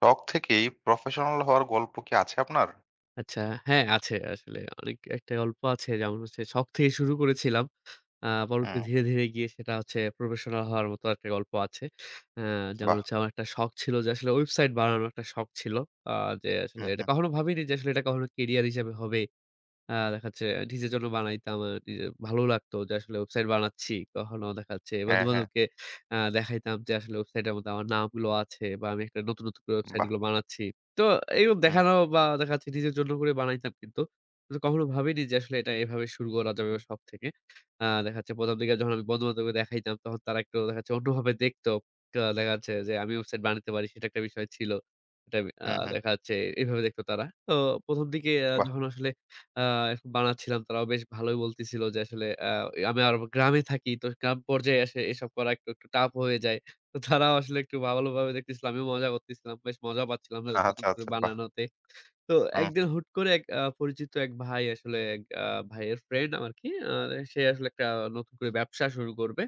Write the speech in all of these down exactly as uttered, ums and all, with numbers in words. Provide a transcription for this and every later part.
শখ থেকেই প্রফেশনাল হওয়ার গল্প কি আছে আপনার? আচ্ছা, হ্যাঁ আছে আসলে। অনেক একটা গল্প আছে যেমন হচ্ছে শখ থেকে শুরু করেছিলাম। আ পরবর্তী হুম। ধীরে, ধীরে গিয়ে সেটা হচ্ছে প্রফেশনাল হওয়ার মতো একটা গল্প আছে। আ যেমন বাহ! হচ্ছে আমার একটা শখ ছিল যে আসলে ওয়েবসাইট বানানোর একটা শখ ছিল। আ যে আসলে হুম, এটা হুম। কখনো ভাবিনি যে আসলে এটা কখনো কেরিয়ার হিসেবে হবে। আ দেখা যাচ্ছে নিজের জন্য বানাইতাম। আ নিজে ভালো লাগতো যে আসলে ওয়েবসাইট বানাচ্ছি। কখনো দেখা যাচ্ছে হ্যাঁ, হ্যাঁ। বন্ধু-বান্ধবকে আ দেখাইতাম যে আসলে ওয়েবসাইটের মধ্যে আমার নামগুলো আছে বা আমি একটা নতুন, নতুন করে বাহ! ওয়েবসাইটগুলো বানাচ্ছি। তো এরকম হুম, দেখানো বা দেখা যাচ্ছে নিজের জন্য করে বানাইতাম কিন্তু। কিন্তু কখনো ভাবিনি যে আসলে এটা এভাবে শুরু করা যাবে শখ থেকে। আ দেখা যাচ্ছে প্রথম দিকে যখন আমি বন্ধু-বান্ধবকে দেখাইতাম তখন তারা একটু দেখা যাচ্ছে অন্যভাবে দেখতো। তো দেখা যাচ্ছে যে আমি ওয়েবসাইট বানাতে পারি সেটা একটা বিষয় ছিল। এটা আ হুম, হুম। দেখা যাচ্ছে এভাবে দেখতো তারা। তো প্রথম দিকে আ বাহ! যখন আসলে আ বানাচ্ছিলাম তারাও বেশ ভালোই বলতেছিল যে আসলে আ আমি আর গ্রামে থাকি। তো গ্রাম পর্যায়ে আসে এসব করা একটু, একটু tough হয়ে যায়। তো তারাও আসলে একটু ভালোভাবে দেখতেছিল। আমিও মজা করতেছিলাম। বেশ মজা পাচ্ছিলাম না নতুন আচ্ছা, করে আচ্ছা। বাহ! বানানোতে। তো একদিন হুম, হুট করে এক আ পরিচিত এক ভাই আসলে এক আ ভাইয়ের ফ্রেন্ড আমার কি আ সে আসলে একটা নতুন করে ব্যবসা শুরু করবে।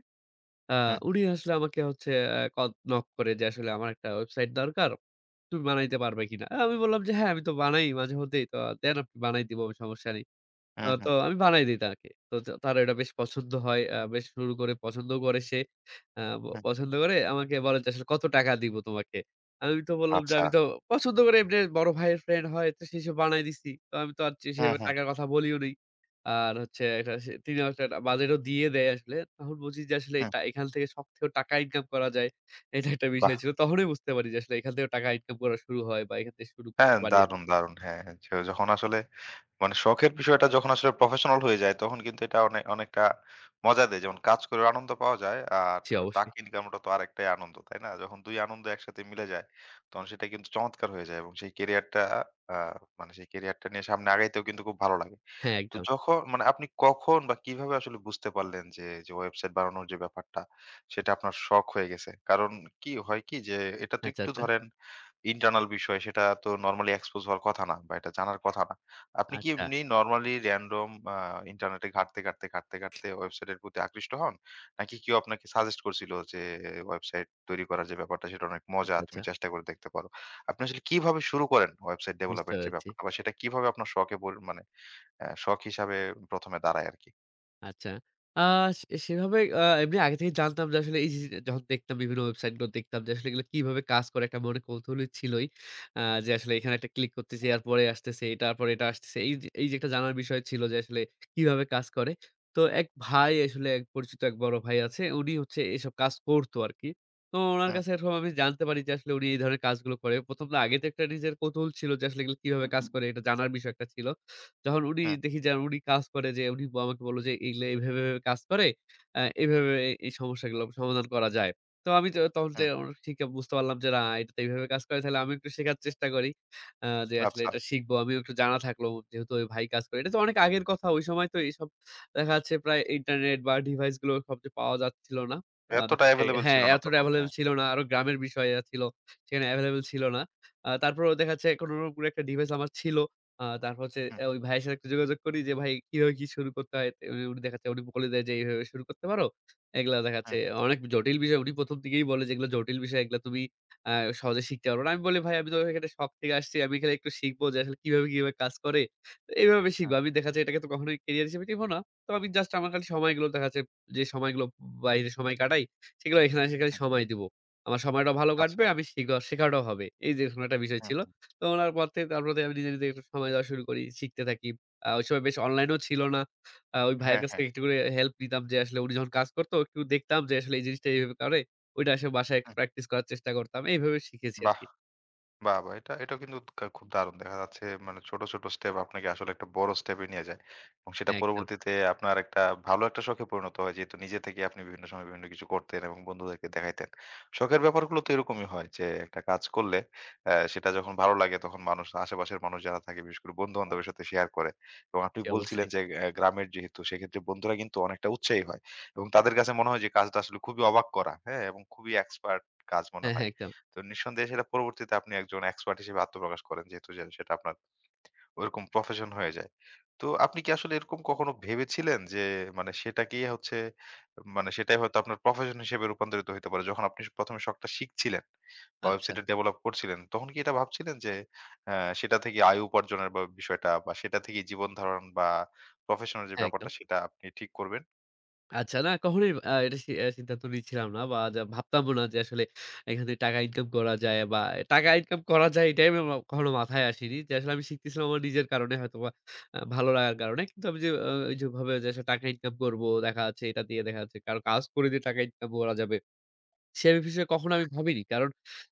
আ হুম, উনি আসলে আমাকে হচ্ছে আ ক নক করে যে আসলে আমার একটা ওয়েবসাইট দরকার। তুমি বানাইতে পারবে কিনা? আমি বললাম যে হ্যাঁ, আমি তো বানাই মাঝে মধ্যেই। তো দেন আপনি বানাই দিব সমস্যা নেই। আ হুম, তো হুম, আমি বানায় দেই তাকে। তো তা তার এটা বেশ পছন্দ হয়। আ বেশ শুরু করে পছন্দও করে সে। আ প হুম। পছন্দ করে আমাকে বলে যে, "আসলে কত টাকা দিব তোমাকে?" আমি তো বললাম যে, আচ্ছা। "আমি তো পছন্দ করে এমনি বড় ভাইয়ের ফ্রেন্ড হয় তো সে হিসেবে বানায় দিছি।" তো আমি তো আর হুম, সেভাবে হুম, টাকার কথা বলিও নাই। আর হচ্ছে এটা সে তিনি একটা বাজেটও দিয়ে দেয় আসলে। তখন বুঝি যে আসলে হুম। এটা এখান থেকে শখ থেকেও টাকা ইনকাম করা যায়। এটা একটা বাহ! বিষয় ছিল। তখনই বুঝতে পারি যে আসলে এখান থেকেও টাকা ইনকাম করা শুরু হয় বা এখান থেকে শুরু হ্যাঁ, করতে পারি আমি। দারুণ, দারুণ। হ্যাঁ, হ্যাঁ, য যখন আসলে মানে শখের বিষয়টা যখন আসলে প্রফেশনাল হয়ে যায়, তখন কিন্তু এটা অনেক অনেকটা মজা দেয়। যেমন কাজ করেও আনন্দ পাওয়া যায়, আর জি, অবশ্যই। টাকা ইনকামটা তো আরেকটাই আনন্দ, তাই না? যখন দুই আনন্দ একসাথে মিলে যায়, তখন সেটা কিন্তু চমৎকার হয়ে যায় এবং সেই ক্যারিয়ারটা আ মানে সেই ক্যারিয়ারটা নিয়ে সামনে আগাইতেও কিন্তু খুব ভালো লাগে। হ্যাঁ, তো একদম। যখন মানে আপনি কখন বা কিভাবে আসলে বুঝতে পারলেন যে, যে ওয়েবসাইট বানানোর যে ব্যাপারটা, সেটা আপনার শখ হয়ে গেছে? কারণ কি হয় কি যে, এটা তো আচ্ছা, একটু আচ্ছা। ধরেন ইন্টারনাল বিষয় সেটা তো নরমালি এক্সপোজ হওয়ার কথা না বা এটা জানার কথা না। আপনি কি আচ্ছা। এমনি নরমালি র‍্যান্ডম আ ইন্টারনেটে ঘাঁটতে, ঘাঁটতে, ঘাঁটতে, ঘাঁটতে ওয়েবসাইটের প্রতি আকৃষ্ট হন? নাকি কেউ আপনাকে সাজেস্ট করছিল যে ওয়েবসাইট তৈরি করার যে ব্যাপারটা সেটা অনেক মজা, আচ্ছা, আচ্ছা। তুমি চেষ্টা করে দেখতে পারো। আপনি আসলে কিভাবে শুরু করেন ওয়েবসাইট বুঝতে ডেভেলপের যে পেরেছি। ব্যাপারটা বা সেটা কিভাবে আপনার শখে পরি মানে আ শখ হিসাবে ১ম এ দাঁড়ায় আরকি? আচ্ছা। আ সে সেভাবে আ এমনি আগে থেকে জানতাম যে আসলে এই যে যখন দেখতাম বিভিন্ন ওয়েবসাইট গুলো দেখতাম যে আসলে এগুলো কিভাবে কাজ করে একটা মনে কৌতূহলী ছিলই। আ যে আসলে এখানে একটা ক্লিক করতেছি এর পরে আসতেছে, এটার পরে এটা আসতেছে। এই যে এই যে একটা জানার বিষয় ছিল যে আসলে কিভাবে কাজ করে। তো এক ভাই আসলে এক পরিচিত এক বড় ভাই আছে। উনি হচ্ছে এসব কাজ করতো আরকি। তো উনার হুম, কাছে এরকম আমি জানতে পারি যে আসলে উনি এই ধরনের কাজগুলো করে। প্রথম তো আগে তো একটা নিজের কৌতূহল ছিল যে আসলে এগুলো কিভাবে কাজ করে এটা জানার বিষয় একটা ছিল। যখন উনি হুম, দেখি যে উনি কাজ করে যে উনি আমাকে বলল যে এগুলো এভাবে, এভাবে কাজ করে। আ এভাবে এই এই সমস্যাগুলো সমাধান করা যায়। তো আমি তো তখন যে হুম। আমার ঠিক বুঝতে পারলাম যে না এটা তো এইভাবে কাজ করে তাহলে আমি একটু শেখার চেষ্টা করি। আ যে আসলে আচ্ছা। এটা শিখবো। আমিও একটু জানা থাকলো যেহেতু ওই ভাই কাজ করে। এটা তো অনেক আগের কথা। ওই সময় তো এইসব দেখা যাচ্ছে প্রায় ইন্টারনেট বা ডিভাইস গুলো সবচেয়ে পাওয়া যাচ্ছিল না। আমাদের এতটা কাছে এভেইলেবল হ্যাঁ, ছিল না এতটা তখন। এভেইলেবল হ্যাঁ। ছিল না। আরো গ্রামের বিষয় ছিল। সেখানে এভেইলেবল ছিল না। আ তারপরেও দেখা যাচ্ছে কোন একটা ডিভাইস আমার ছিল। আ তারপর হচ্ছে হুম, অ্যা ওই ভাইয়ের সাথে একটু যোগাযোগ করি যে, "ভাই কিভাবে কি শুরু করতে হয়?" তে উনি দেখা যাচ্ছে উনি বলে দেয় যে, "এইভাবে শুরু করতে পারো।" এগুলা দেখা হুম, যাচ্ছে অনেক জটিল বিষয়। উনি প্রথম থেকেই বলে যে, "এগুলো জটিল বিষয়। এগুলা তুমি আ সহজে শিখতে পারবে না।" আমি বলি, "ভাই আমি তো এখানে শখ থেকে আসছি। আমি এখানে একটু শিখবো যে আসলে কিভাবে, কিভাবে কাজ করে। তো এইভাবে শিখবো।" হুম, আমি দেখা যায় এটাকে তো কখনোই ক্যারিয়ার হিসেবে নিবো না। তো আমি জাস্ট আমার খালি সময়গুলো দেখা যাচ্ছে যে সময়গুলো বাইরে সময় কাটাই, সেগুলো এখানে এসে খালি হুম। সময় দিবো। আমার সময়টাও ভালো কাটবে, আচ্ছা। আমি শিখা শেখাটাও হবে। এই যে এরকম একটা বিষয় ছিল। হুম। তো ওনার পর থেকে তারপর থেকে আমি নিজে, নিজে একটু সময় দেওয়া শুরু করি। শিখতে থাকি। আ ওই সময় বেশ অনলাইনও ছিল না। আ ওই ভাইয়ের হ্যাঁ, কাছ হ্যাঁ। থেকে একটু করে হেল্প নিতাম যে আসলে উনি যখন কাজ করত একটু দেখতাম যে আসলে এই জিনিসটা এইভাবে করে। ওইটা আসলে বাসায় একটু হুম। প্র্যাকটিস করার চেষ্টা করতাম। এইভাবে শিখেছি বাহ! আরকি। বাহ! বাহ! এটা এটাও কিন্তু কা খুব দারুণ দেখা যাচ্ছে মানে ছোট, ছোট স্টেপ আপনাকে আসলে একটা বড় স্টেপে নিয়ে যায়। এবং সেটা হ্যাঁ, একদম। পরবর্তীতে আপনার একটা ভালো একটা শখে পরিণত হয়। যেহেতু নিজে থেকে আপনি বিভিন্ন সময় বিভিন্ন কিছু করতেন এবং বন্ধুদেরকে দেখাইতেন। শখের ব্যাপারগুলো তো এরকমই হয় যে একটা কাজ করলে অ্যা সেটা যখন ভালো লাগে তখন মানুষ আশেপাশের মানুষ যারা থাকে বিশেষ করে বন্ধু-বান্ধবের সাথে শেয়ার করে। এবং আপনি জি, বলছিলেন অবশ্যই। যে অ্যা গ্রামের যেহেতু সেক্ষেত্রে বন্ধুরা কিন্তু অনেকটা উৎসাহী হয়। এবং তাদের কাছে মনে হয় যে কাজটা আসলে খুবই অবাক করা, হ্যাঁ? এবং খুবই এক্সপার্ট কাজ মনে হ্যাঁ, হয়। হ্যাঁ, একদম। তো নিঃসন্দেহে সেটা পরবর্তীতে আপনি একজন এক্সপার্ট হিসেবে আত্মপ্রকাশ করেন যেহেতু যে সেটা আপনার ওরকম প্রফেশন হয়ে যায়। তো আপনি কি আসলে এরকম কখনো ভেবেছিলেন যে মানে সেটাকেই হচ্ছে মানে সেটাই হয়তো আপনার প্রফেশন হিসেবে রূপান্তরিত হইতে পারে। যখন আপনি ১ম এ শখটা শিখছিলেন বা আচ্ছা। ওয়েবসাইটটা ডেভেলপ করছিলেন তখন কি এটা ভাবছিলেন যে অ্যা সেটা থেকে আয় উপার্জনের বা বিষয়টা বা সেটা থেকেই জীবন ধারণ বা প্রফেশনাল যে হ্যাঁ, ব্যাপারটা একদম। সেটা আপনি ঠিক করবেন? আচ্ছা, না কখনোই আ এটা সি আ সিদ্ধান্ত নিচ্ছিলাম না বা যা ভাবতামও না যে আসলে এখান থেকে টাকা ইনকাম করা যায় বা টাকা ইনকাম করা যায় এটাই আমি আমার মা কখনো মাথায় আসেনি। যে আসলে আমি শিখতেছিলাম আমার নিজের কারণে হয়তোবা আ ভালো লাগার কারণে। কিন্তু আমি যে আ ওই যেভাবে যে আসলে টাকা ইনকাম করব, দেখা যাচ্ছে এটা দিয়ে দেখা যাচ্ছে কারো কাজ করে দিয়ে টাকা ইনকাম করা যাবে। সেভিং বিষয়ে কখনো আমি ভাবিনি। কারণ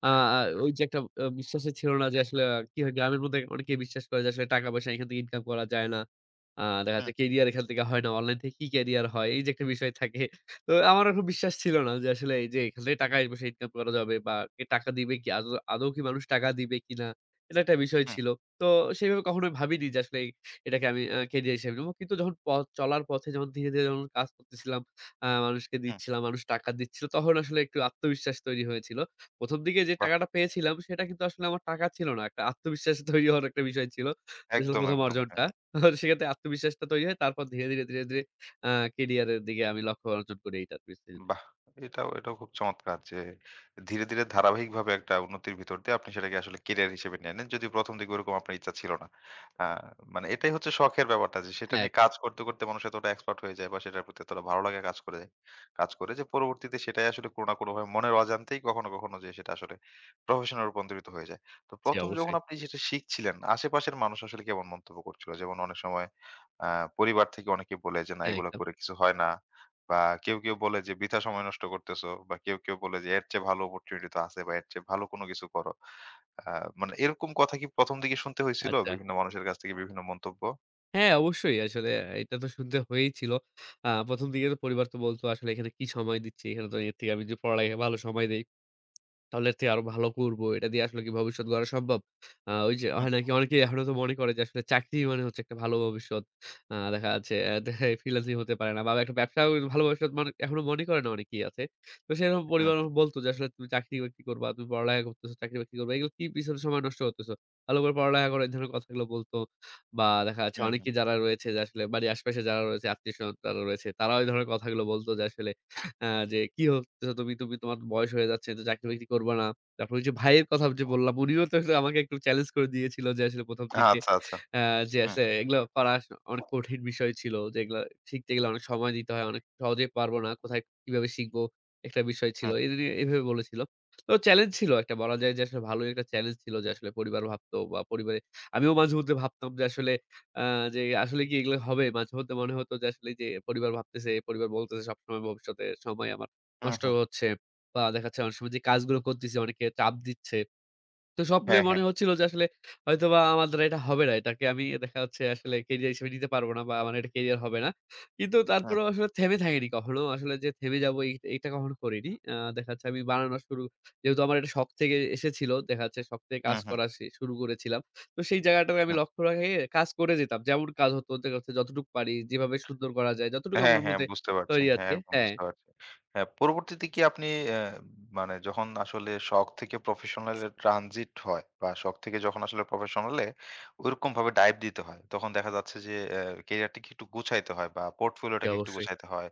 আ আ ওই যে একটা আ বিশ্বাসই ছিল না যে আসলে আ কি হয় গ্রামের মধ্যে অনেকেই বিশ্বাস করে যে আসলে টাকা-পয়সা এখান থেকে ইনকাম করা যায় না। আ দেখা যাচ্ছে হুম, ক্যারিয়ার এখান থেকে হয় না। অনলাইন থেকে কি ক্যারিয়ার হয়? এই যে একটা বিষয় থাকে। তো আমার এখন বিশ্বাস ছিল না যে আসলে এই যে এখান থেকে টাকা-পয়সা ইনকাম করা যাবে বা কে টাকা দিবে কি আদৌ আদৌ কি মানুষ টাকা দিবে কিনা? এটা একটা বিষয় হুম, ছিল। তো সেভাবে কখনোই ভাবিনি যে আসলে এটাকে আমি আ ক্যারিয়ার হিসেবে নেব। কিন্তু যখন পথ চলার পথে যখন ধীরে, ধীরে যখন কাজ করতেছিলাম আ মানুষকে হুম। দিচ্ছিলাম, মানুষ টাকা দিচ্ছিল। তখন আসলে একটু আত্মবিশ্বাস তৈরি হয়েছিল। ১ম দিকে যে বাহ! টাকাটা পেয়েছিলাম সেটা কিন্তু আসলে আমার টাকা ছিল না। একটা আত্মবিশ্বাস তৈরি হওয়ার একটা বিষয় ছিল। যে আসলে একদম, প্রথম একদম। অর্জনটা। হ্যাঁ। আর সেক্ষেত্রে আত্মবিশ্বাসটা তৈরি হয়। তারপর ধীরে, ধীরে, ধীরে, ধীরে আ ক্যারিয়ারের দিকে আমি লক্ষ্য অর্জন করি এইটার পিছনে। বাহ! এটাও এটাও খুব চমৎকার যে ধীরে, ধীরে ধারাবাহিকভাবে একটা উন্নতির ভিতর দিয়ে আপনি সেটাকে আসলে কেরিয়ার হিসেবে নিয়ে নেন। যদিও ১ম দিকে ওরকম আপনার ইচ্ছা ছিল না। আ মানে এটাই হচ্ছে শখের ব্যাপারটা যে সেটা হ্যাঁ, নিয়ে একদম। কাজ করতে, করতে মানুষ এতটা এক্সপার্ট হয়ে যায় বা সেটার প্রতি এতটা ভালো লাগা কাজ করে যায় কাজ করে যে পরবর্তীতে সেটাই আসলে কোনো না কোনোভাবে মনের অজান্তেই কখনো, কখনো যে সেটা আসলে প্রফেশনে রূপান্তরিত হয়ে যায়। তো জি, ১ম যখন অবশ্যই। আপনি সেটা শিখছিলেন, আশেপাশের মানুষ আসলে কেমন মন্তব্য করছিল? যেমন অনেক সময় আ পরিবার থেকে অনেকে বলে যে, "না হ্যাঁ, এগুলা একদম। করে কিছু হয় না।" বা কেউ, কেউ বলে যে, "বৃথা সময় নষ্ট করতেছো" বা কেউ, কেউ বলে যে, "এর চেয়ে ভালো অপরচুনিটি তো আছে বা এর চেয়ে ভালো কোনো কিছু করো।" আ মানে এরকম কথা কি ১ম দিকে শুনতে হয়েছিল আচ্ছা। বিভিন্ন মানুষের কাছ থেকে বিভিন্ন মন্তব্য? হ্যাঁ, অবশ্যই আসলে এটা তো শুনতে হয়েইছিল। আ ১ম দিকে তো পরিবার তো বলত আসলে এখানে কি সময় দিচ্ছি? এখানে তো এর থেকে আমি যে পড়ালেখায় ভালো সময় দেই। তাহলে এর থেকে আরো ভালো করবো। এটা দিয়ে আসলে কি ভবিষ্যৎ গড়া সম্ভব? আ ওই যে হুম, হয় নাকি অনেকেই এখনো তো মনে করে যে আসলে চাকরি মানে হচ্ছে একটা ভালো ভবিষ্যৎ। আ দেখা যাচ্ছে অ্যা ফ্রিল্যান্সিং হতে পারে না বা একটা ব্যবসাও ভালো ভবিষ্যৎ মনে এখনো মনে করে না অনেকেই আছে। তো সেরকম হুম, পরিবার হুম, আমাকে বলত যে আসলে তুমি চাকরি-বাকরি করবা, তুমি পড়ালেখা করতেছো, চাকরি-বাকরি করবা। এগুলো কি পিছনে সময় নষ্ট করতেছো? ভালো করে পড়ালেখা করো, এই ধরনের কথাগুলো বলত। বা দেখা যাচ্ছে হুম, হুম। অনেকেই যারা রয়েছে যে আসলে বাড়ির আশেপাশে যারা রয়েছে, আত্মীয়স্বজন যারা রয়েছে তারাও এই ধরনের কথাগুলো বলত যে আসলে আ যে, "কি হচ্ছে তুমি? তুমি তোমার বয়স হয়ে যাচ্ছে তো চাকরি-বাকরি করবা না।" তারপর ওই যে ভাইয়ের কথা যে বললাম, উনিও তো একটু আমাকে একটু চ্যালেঞ্জ করে দিয়েছিল যে আসলে ১ম দিকে আচ্ছা, আচ্ছা। আ যে হুম, আসলে এগুলো করা আস অনেক কঠিন বিষয় ছিল। যে এগুলা শিখতে গেলে অনেক সময় দিতে হয়। অনেক সহজে পারব না। কোথায় কিভাবে শিখবো? একটা বিষয় ছিল। হুম, এ নিয়ে এভাবে বলেছিল। তো চ্যালেঞ্জ ছিল একটা বলা যায় যে আসলে ভালোই একটা চ্যালেঞ্জ ছিল যে আসলে পরিবার ভাবতো বা পরিবারে আমিও মাঝে মধ্যে ভাবতাম যে আসলে আ যে আসলে কি এগুলো হবে? মাঝে মধ্যে মনে হতো যে আসলে যে পরিবার ভাবতেছে, পরিবার বলতেছে সবসময় ভবিষ্যতে সময় আমার হুম, নষ্ট হুম। হচ্ছে। বা দেখা যাচ্ছে অনেক সময় যে কাজগুলো করতেছি অনেকে চাপ দিচ্ছে। তো সব হ্যাঁ, মিলিয়ে হ্যাঁ। মনে হচ্ছিল যে আসলে হয়তোবা আমার দ্বারা এটা হবে না। এটাকে আমি দেখা যাচ্ছে আসলে ক্যারিয়ার হিসেবে নিতে পারব না বা আমার এটা ক্যারিয়ার হবে না। কিন্তু হুম, তারপরেও আসলে থেমে থাকিনি কখনো। আসলে যে থেমে যাবো এই এটা কখনো করিনি। আ দেখা যাচ্ছে আমি বানানো শুরু যেহেতু আমার এটা শখ থেকে এসেছিল। দেখা যাচ্ছে শখ থেকে হুম, কাজ হুম, হুম। করা শে শুরু করেছিলাম। তো সেই জায়গাটাকে আমি লক্ষ্য রেখে কাজ করে যেতাম। যেমন কাজ হতো দেখা যাচ্ছে যতটুকু পারি, যেভাবে সুন্দর করা যায়, যতটুকু হ্যাঁ, আমার হ্যাঁ, মধ্যে বুঝতে পারছি। তৈরি হ্যাঁ, আছে একদম হ্যাঁ, বুঝতে পারছি। হ্যাঁ, পরবর্তীতে কি আপনি অ্যা মানে যখন আসলে শখ থেকে প্রফেশনাল এ ট্রানজিট হয় বা শখ থেকে যখন আসলে প্রফেশনাল এ ওইরকমভাবে ডাইভ দিতে হয়, তখন দেখা যাচ্ছে যে অ্যা ক্যারিয়ারটাকে একটু গুছাইতে হয় বা জি পোর্টফোলিওটাকে একটু অবশ্যই। গুছাইতে হয়,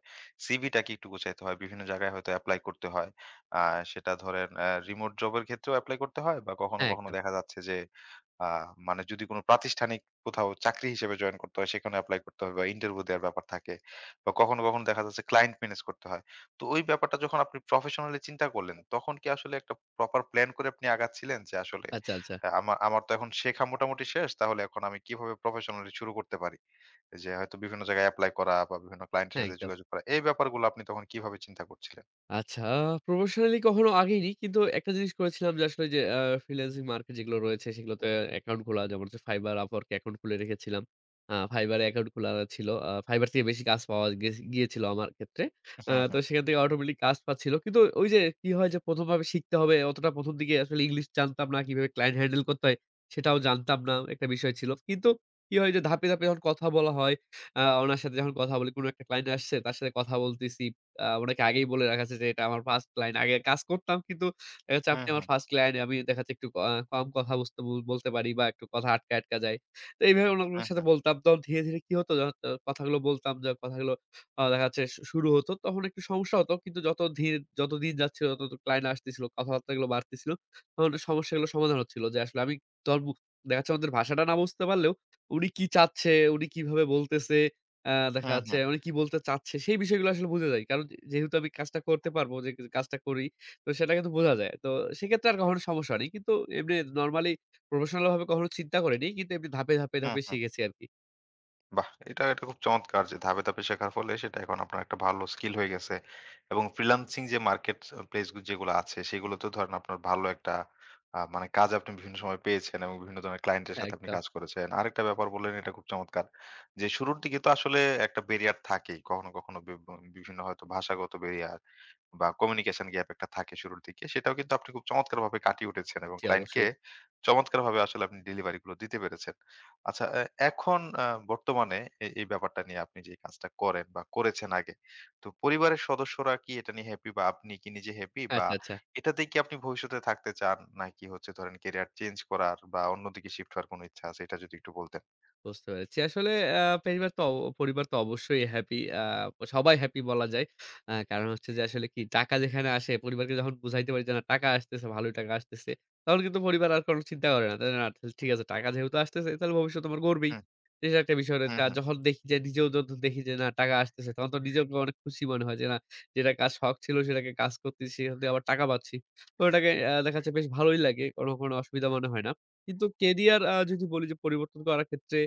সিভিটাকে একটু গুছাইতে হয়। বিভিন্ন জায়গায় হয়তো এপ্লাই করতে হয়। আ সেটা ধরেন অ্যা রিমোট জবের ক্ষেত্রেও এপ্লাই করতে হয় বা কখনো, হ্যাঁ, কখনো একদম। দেখা যাচ্ছে যে আ মানে যদি কোনো প্রাতিষ্ঠানিক কোথাও চাকরি হিসেবে জয়েন করতে হয়, সেখানে এপ্লাই করতে হবে বা ইন্টারভিউ দেওয়ার ব্যাপার থাকে। বা কখনো, কখনো দেখা যাচ্ছে ক্লায়েন্ট ম্যানেজ করতে হয়। তো ওই ব্যাপারটা যখন আপনি প্রফেশনালি চিন্তা করলেন, তখন কি আসলে একটা প্রপার প্ল্যান করে আপনি আগাচ্ছিলেন? যে আসলে আচ্ছা, আচ্ছা। আ আমা আমার তো এখন শেখা মোটামুটি শেষ। তাহলে এখন আমি কিভাবে প্রফেশনালি শুরু করতে পারি? যে হয়তো বিভিন্ন জায়গায় এপ্লাই করা বা বিভিন্ন ক্লায়েন্টের হ্যাঁ, সাথে একদম। যোগাযোগ করা। এই ব্যাপারগুলো আপনি তখন কিভাবে চিন্তা করছিলেন? আচ্ছা, প্রফেশনালি কখনো আগেইনি কিন্তু একটা জিনিস করেছিলাম যে আসলে ওই যে আ ফ্রিল্যান্সিং মার্কেট যেগুলো রয়েছে সেগুলোতে অ্যাকাউন্ট খোলা যেমন হচ্ছে Fiverr, Upwork এ অ্যাকাউন্ট খুলে রেখেছিলাম। আ Fiverr এ অ্যাকাউন্ট খোলা ছিল। আ Fiverr থেকে বেশি কাজ পাওয়া গেছ গিয়েছিল আমার ক্ষেত্রে। আ হুম, তো হুম। সেখান থেকে অটোমেটিক কাজ পাচ্ছিল। কিন্তু ওই যে কি হয় যে প্রথম ভাবে শিখতে হবে অতটা প্রথম দিকে আসলে ইংলিশ জানতাম না, কিভাবে ক্লায়েন্ট হ্যান্ডেল করতে হয় সেটাও জানতাম না। একটা বিষয় ছিল। কিন্তু কি হয় যে ধাপে, ধাপে যখন কথা বলা হয়, আ ওনার সাথে যখন কথা বলি, কোন একটা ক্লায়েন্ট আসছে তার সাথে কথা বলতেছি। আ উনাকে আগেই বলে রাখা আছে যে এটা আমার ফার্স্ট ক্লায়েন্ট। আগে কাজ করতাম কিন্তু দেখা যাচ্ছে হুম, আপনি আমার হুম। First client. আমি দেখা যাচ্ছে একটু ক আ কম কথা বুঝতে বল বলতে পারি বা একটু কথা আটকা, আটকা যায়। তো এইভাবে উনার হুম, সাথে হুম। বলতাম। তখন ধীরে, ধীরে কি হতো জানো তো? কথাগুলো বলতাম যে কথাগুলো আ দেখা যাচ্ছে শু শুরু হতো। তখন একটু সমস্যা হতো। কিন্তু যত ধীর যতদিন যাচ্ছিল তত ক্লায়েন্ট আসতেছিল। কথাবার্তাগুলো বাড়তেছিল। তখন সমস্যাগুলো সমাধান হচ্ছিল যে আসলে আমি তখন বু- দেখা যাচ্ছে আমাদের ভাষাটা না বুঝতে পারলেও উনি কি চাচ্ছে, উনি কিভাবে বলতেছে আ দেখা হুম, যাচ্ছে হুম। মানে কি বলতে চাচ্ছে সেই বিষয়গুলো আসলে বোঝা যায়। কারণ যে- যেহেতু আমি কাজটা করতে পারবো, যে কাজটা করি তো সেটা কিন্তু বোঝা যায়। তো সেক্ষেত্রে আর কখনো সমস্যা হয়নি। কিন্তু এমনি নরমালি প্রফেশনাল ভাবে কখনো চিন্তা করিনি। কিন্তু এমনি ধাপে, ধাপে, হুম, ধাপে হুম। শিখেছি আরকি। বাহ! এটা, এটা খুব চমৎকার যে ধাপে, ধাপে শেখার ফলে সেটা এখন আপনার একটা ভালো স্কিল হয়ে গেছে। এবং ফ্রিল্যান্সিং যে মার্কেট আ প্লেস যেগুলো আছে সেগুলোতেও ধরেন আপনার ভালো একটা আ মানে কাজ আপনি বিভিন্ন সময় পেয়েছেন এবং বিভিন্ন ধরনের ক্লায়েন্টের হ্যাঁ, সাথে আপনি একদম। কাজ করেছেন। আরেকটা ব্যাপার বললেন এটা খুব চমৎকার। যে শুরুর দিকে তো আসলে একটা ব্যারিয়ার থাকেই। কখনো, কখনো বি বিভিন্ন হয়তো ভাষাগত ব্যারিয়ার বা কমিউনিকেশন গ্যাপ একটা থাকে শুরুর দিকে। সেটাও কিন্তু আপনি খুব চমৎকারভাবে কাটিয়ে উঠেছেন এবং জি, ক্লায়েন্টকে অবশ্যই। চমৎকারভাবে আসলে আপনি ডেলিভারি গুলো দিতে পেরেছেন। আচ্ছা, এ এখন আ বর্তমানে এ এই ব্যাপারটা নিয়ে আপনি যে কাজটা করেন বা করেছেন আগে, তো পরিবারের সদস্যরা কি এটা নিয়ে হ্যাপি বা আপনি কি নিজে হ্যাপি? বা আচ্ছা, আচ্ছা। এটাতেই কি আপনি ভবিষ্যতে থাকতে চান? নাকি হচ্ছে ধরেন ক্যারিয়ার চেঞ্জ করার বা অন্যদিকে শিফট হওয়ার কোনো ইচ্ছা আছে? এটা যদি একটু বলতেন। বুঝতে পেরেছি। আসলে আ পরিবার তো অ পরিবার তো অবশ্যই হ্যাপি। আ সবাই হ্যাপি বলা যায়। আ কারণ হচ্ছে যে আসলে কি টাকা যেখানে আসে পরিবারকে যখন বুঝাইতে পারি যে না টাকা আসতেছে, ভালোই টাকা আসতেছে। তখন কিন্তু পরিবার আর কোনো চিন্তা করে না। তাই না? তাহলে ঠিক আছে টাকা যেহেতু আসতেছে তাহলে ভবিষ্যৎ আমার গড়বেই। হুম, এটা একটা বিষয় হুম, রয়েছে। আর হুম, যখন দেখি যে নিজেও যখন দেখি যে না টাকা আসতেছে তখন তো নিজেকে অনেক খুশি মনে হয় যে না, যেটা কাজ শখ ছিল সেটাকে কাজ করতেছি সেখান থেকে আবার টাকা পাচ্ছি। তো ওটাকে আ দেখা যাচ্ছে বেশ ভালোই লাগে। কোনো, কোনো অসুবিধা মনে হয় না। কিন্তু কেরিয়ার আ যদি বলি যে পরিবর্তন করার ক্ষেত্রে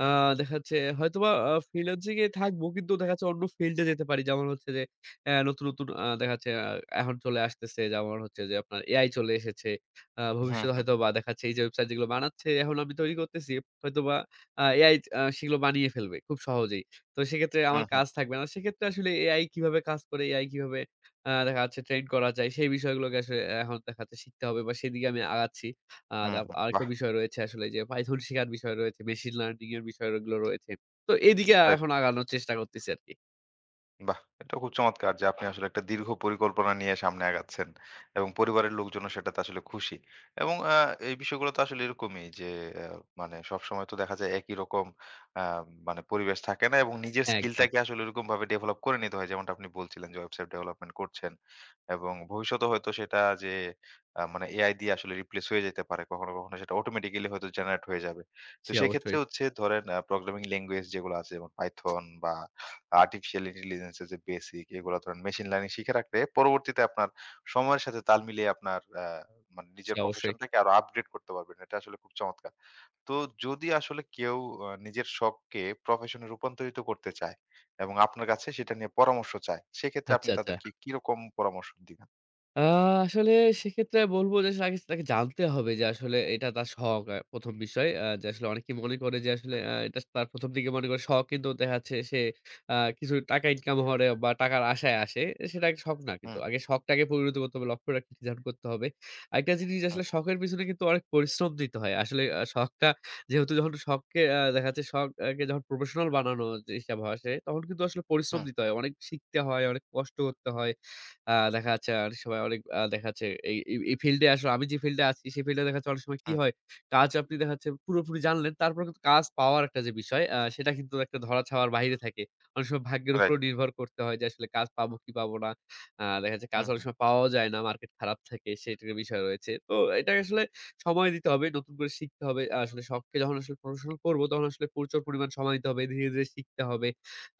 আ দেখা যাচ্ছে হয়তোবা আ ফ্রিল্যান্সিং এ থাকবো কিন্তু দেখা যাচ্ছে অন্য ফিল্ডে যেতে পারি। যেমন হচ্ছে যে অ্যা নতুন, নতুন আ দেখা যাচ্ছে আ এখন চলে আসতেছে যেমন হচ্ছে যে আপনার এ আই চলে এসেছে। আ হুম, ভবিষ্যতে হুম, হয়তোবা দেখা যাচ্ছে এই যে ওয়েবসাইট যেগুলো বানাচ্ছে এখন আমি তৈরি করতেছি। হয়তোবা আ এ আই আ সেগুলো বানিয়ে ফেলবে খুব সহজেই। তো সেক্ষেত্রে হুম, আমার হুম, কাজ থাকবে না। সেক্ষেত্রে আসলে এ আই কিভাবে কাজ করে, এ আই কিভাবে আ দেখা যাচ্ছে ট্রেন করা যায় সেই বিষয়গুলোকে আসলে এখন দেখা যাচ্ছে শিখতে হবে বা সেদিকে আমি আগাচ্ছি। আর হুম, আব হুম। আরেকটা বাহ! বিষয় রয়েছে আসলে যে Python শিখার বিষয় রয়েছে, মেশিন লার্নিং এর বিষয়গুলো রয়েছে। তো এদিকে রাইট। এখন আগানোর চেষ্টা করতেছি আরকি। বাহ! এটা খুব চমৎকার যে আপনি আসলে একটা দীর্ঘ পরিকল্পনা নিয়ে সামনে আগাচ্ছেন এবং পরিবারের লোকজনও সেটাতে আসলে খুশি। এবং আ এই বিষয়গুলো তো আসলে এরকমই যে আ মানে সবসময় তো দেখা যায় একই রকম আ মানে পরিবেশ থাকে না এবং নিজের হ্যাঁ, একদম। স্কিলটাকে আসলে ওরকমভাবে ডেভেলপ করে নিতে হয়। যেমনটা আপনি বলছিলেন যে ওয়েবসাইট ডেভেলপমেন্ট করছেন এবং ভবিষ্যতে হয়তো সেটা যে আ মানে এআই দিয়ে আসলে রিপ্লেস হয়ে যেতে পারে। কখনো, কখনো সেটা অটোমেটিক্যালি হয়তো জেনারেট হয়ে যাবে। তো জি, সেক্ষেত্রে অবশ্যই, হচ্ছে ধরেন আ প্রোগ্রামিং ল্যাঙ্গুয়েজ যেগুলো আছে যেমন Python বা আর্টিফিশিয়াল ইন্টেলিজেন্স এর যে বেসিক এগুলো ধরেন মেশিন লার্নিং শিখে রাখলে পরবর্তীতে আপনার সময়ের সাথে তাল মিলিয়ে আপনার আহ, মানে জি, নিজের অবশ্যই। প্রফেশনটাকে আরো আপগ্রেড করতে পারবেন এটা আসলে খুব চমৎকার। তো যদি আসলে কেউ আহ, নিজের শখকে প্রফেশনে রূপান্তরিত করতে চায় এবং আপনার কাছে সেটা নিয়ে পরামর্শ চায় সেক্ষেত্রে আচ্ছা, আপনি আচ্ছা। তাদেরকে কিরকম পরামর্শ দিবেন? আ আসলে সেক্ষেত্রে বলব যে আসলে আগে তাকে জানতে হবে যে আসলে এটা তার শখ, আ প্রথম বিষয়। আ যে আসলে অনেকে মনে করে যে আসলে আ এটা তার প্রথম দিকে মনে করে শখ কিন্তু দেখা যাচ্ছে সে আ কিছু টাকা ইনকাম হলে বা টাকার আশায় আসে। সেটা একটা শখ না কিন্তু। হুম। আগে শখটাকে পরিণত করতে হবে, লক্ষ্যটা নির্ধারণ করতে হবে। আরেকটা জিনিস হুম। আসলে শখের পিছনে কিন্তু অনেক পরিশ্রম দিতে হয়। আসলে আ শখটা যেহেতু যখন শখকে আ দেখা যাচ্ছে শখকে যখন প্রফেশনাল বানানো যে হিসাব আসে তখন কিন্তু আসলে পরিশ্রম হুম। দিতে হয়। অনেক শিখতে হয়, অনেক কষ্ট করতে হয়। আ দেখা যাচ্ছে অনেক সময় অনেক আ দেখা যাচ্ছে এই এই এই ফিল্ডে আসলে আমি যে ফিল্ডে আছি সেই ফিল্ডে দেখা যাচ্ছে অনেক সময় কি হুম। হয়, কাজ আপনি দেখা যাচ্ছে পুরোপুরি জানলেন। তারপরে কিন্তু কাজ পাওয়ার একটা যে বিষয় আ সেটা কিন্তু একটা ধরা-ছোঁয়ার বাইরে থাকে। অনেক সময় ভাগ্যের উপরেও রাইট। নির্ভর করতে হয় যে আসলে কাজ পাবো কি পাবো না। আ দেখা যাচ্ছে কাজ হুম, অনেক হুম। সময় পাওয়াও যায় না। মার্কেট খারাপ থাকে সেটার বিষয় রয়েছে। তো এটা আসলে সময় দিতে হবে। নতুন করে শিখতে হবে। আসলে শখকে যখন আসলে প্রফেশনাল করবো তখন আসলে প্রচুর পরিমাণ সময় দিতে হবে। ধীরে, ধীরে শিখতে হবে।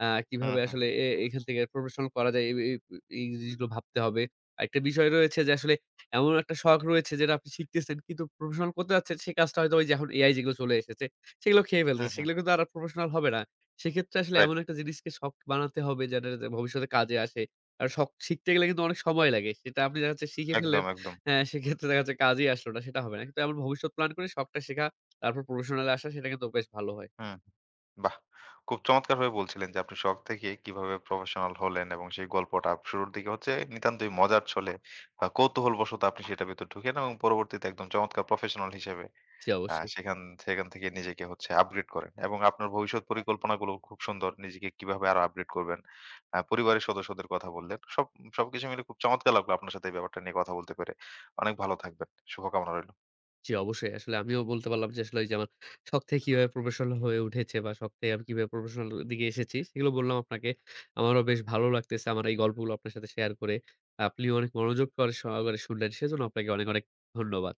আ হুম, কিভাবে হুম। আসলে এ এখান থেকে প্রফেশনাল করা যায় এই এই এই জিনিসগুলো ভাবতে হবে। আরেকটা বিষয় রয়েছে যে আসলে এমন একটা শখ রয়েছে যেটা আপনি শিখতেছেন কিন্তু প্রফেশনাল করতে যাচ্ছেন, সে কাজটা হয়তো ওই যে এখন এ আই যেগুলো চলে এসেছে সেগুলো খেয়ে হুম, ফেলতেছে। হুম। সেগুলো কিন্তু আর প্রফেশনাল হবে না। সেক্ষেত্রে আসলে রাইট। এমন একটা জিনিসকে শখ বানাতে হবে যেটা যাতে ভবিষ্যতে কাজে আসে। আর শখ শিখতে গেলে কিন্তু অনেক সময় লাগে। সেটা আপনি দেখা যাচ্ছে শিখে ফেললেন। একদম, একদম। হ্যাঁ, সেক্ষেত্রে দেখা যাচ্ছে কাজেই আসলো না সেটা হবে না। কিন্তু এমন ভবিষ্যৎ প্ল্যান করে শখটা শেখা তারপর প্রফেশনাল এ আসা সেটা কিন্তু বেশ ভালো হয়। হুম। বাহ! খুব চমৎকারভাবে বলছিলেন যে আপনি শখ থেকে কিভাবে প্রফেশনাল হলেন এবং সেই গল্পটা শুরুর দিকে হচ্ছে নিতান্তই মজার ছলে বা কৌতূহলবশত আপনি সেটার ভেতর ঢুকেন এবং পরবর্তীতে একদম চমৎকার প্রফেশনাল হিসেবে জি, আ অবশ্যই। সেখান সেখান থেকে নিজেকে হচ্ছে আপগ্রেড করেন এবং আপনার ভবিষ্যৎ পরিকল্পনাগুলো খুব সুন্দর। নিজেকে কিভাবে আরো আপগ্রেড করবেন। আ পরিবারের সদস্যদের কথা বললেন। সব সবকিছু মিলে খুব চমৎকার লাগলো আপনার সাথে এই ব্যাপারটা নিয়ে কথা বলতে পেরে। অনেক ভালো থাকবেন। শুভকামনা রইল। জি, অবশ্যই। আসলে আমিও বলতে পারলাম যে আসলে ওইযে আমার শখ থেকে কিভাবে প্রফেশনাল হয়ে উঠেছে বা শখ থেকে আমি কিভাবে প্রফেশনাল দিকে এসেছি, সেগুলো বললাম আপনাকে। আমারও বেশ ভালো লাগতেছে আমার এই গল্পগুলো আপনার সাথে শেয়ার করে। আপনিও অনেক মনোযোগ করে সহকারে শুনলেন। সেজন্য আপনাকে অনেক, অনেক ধন্যবাদ।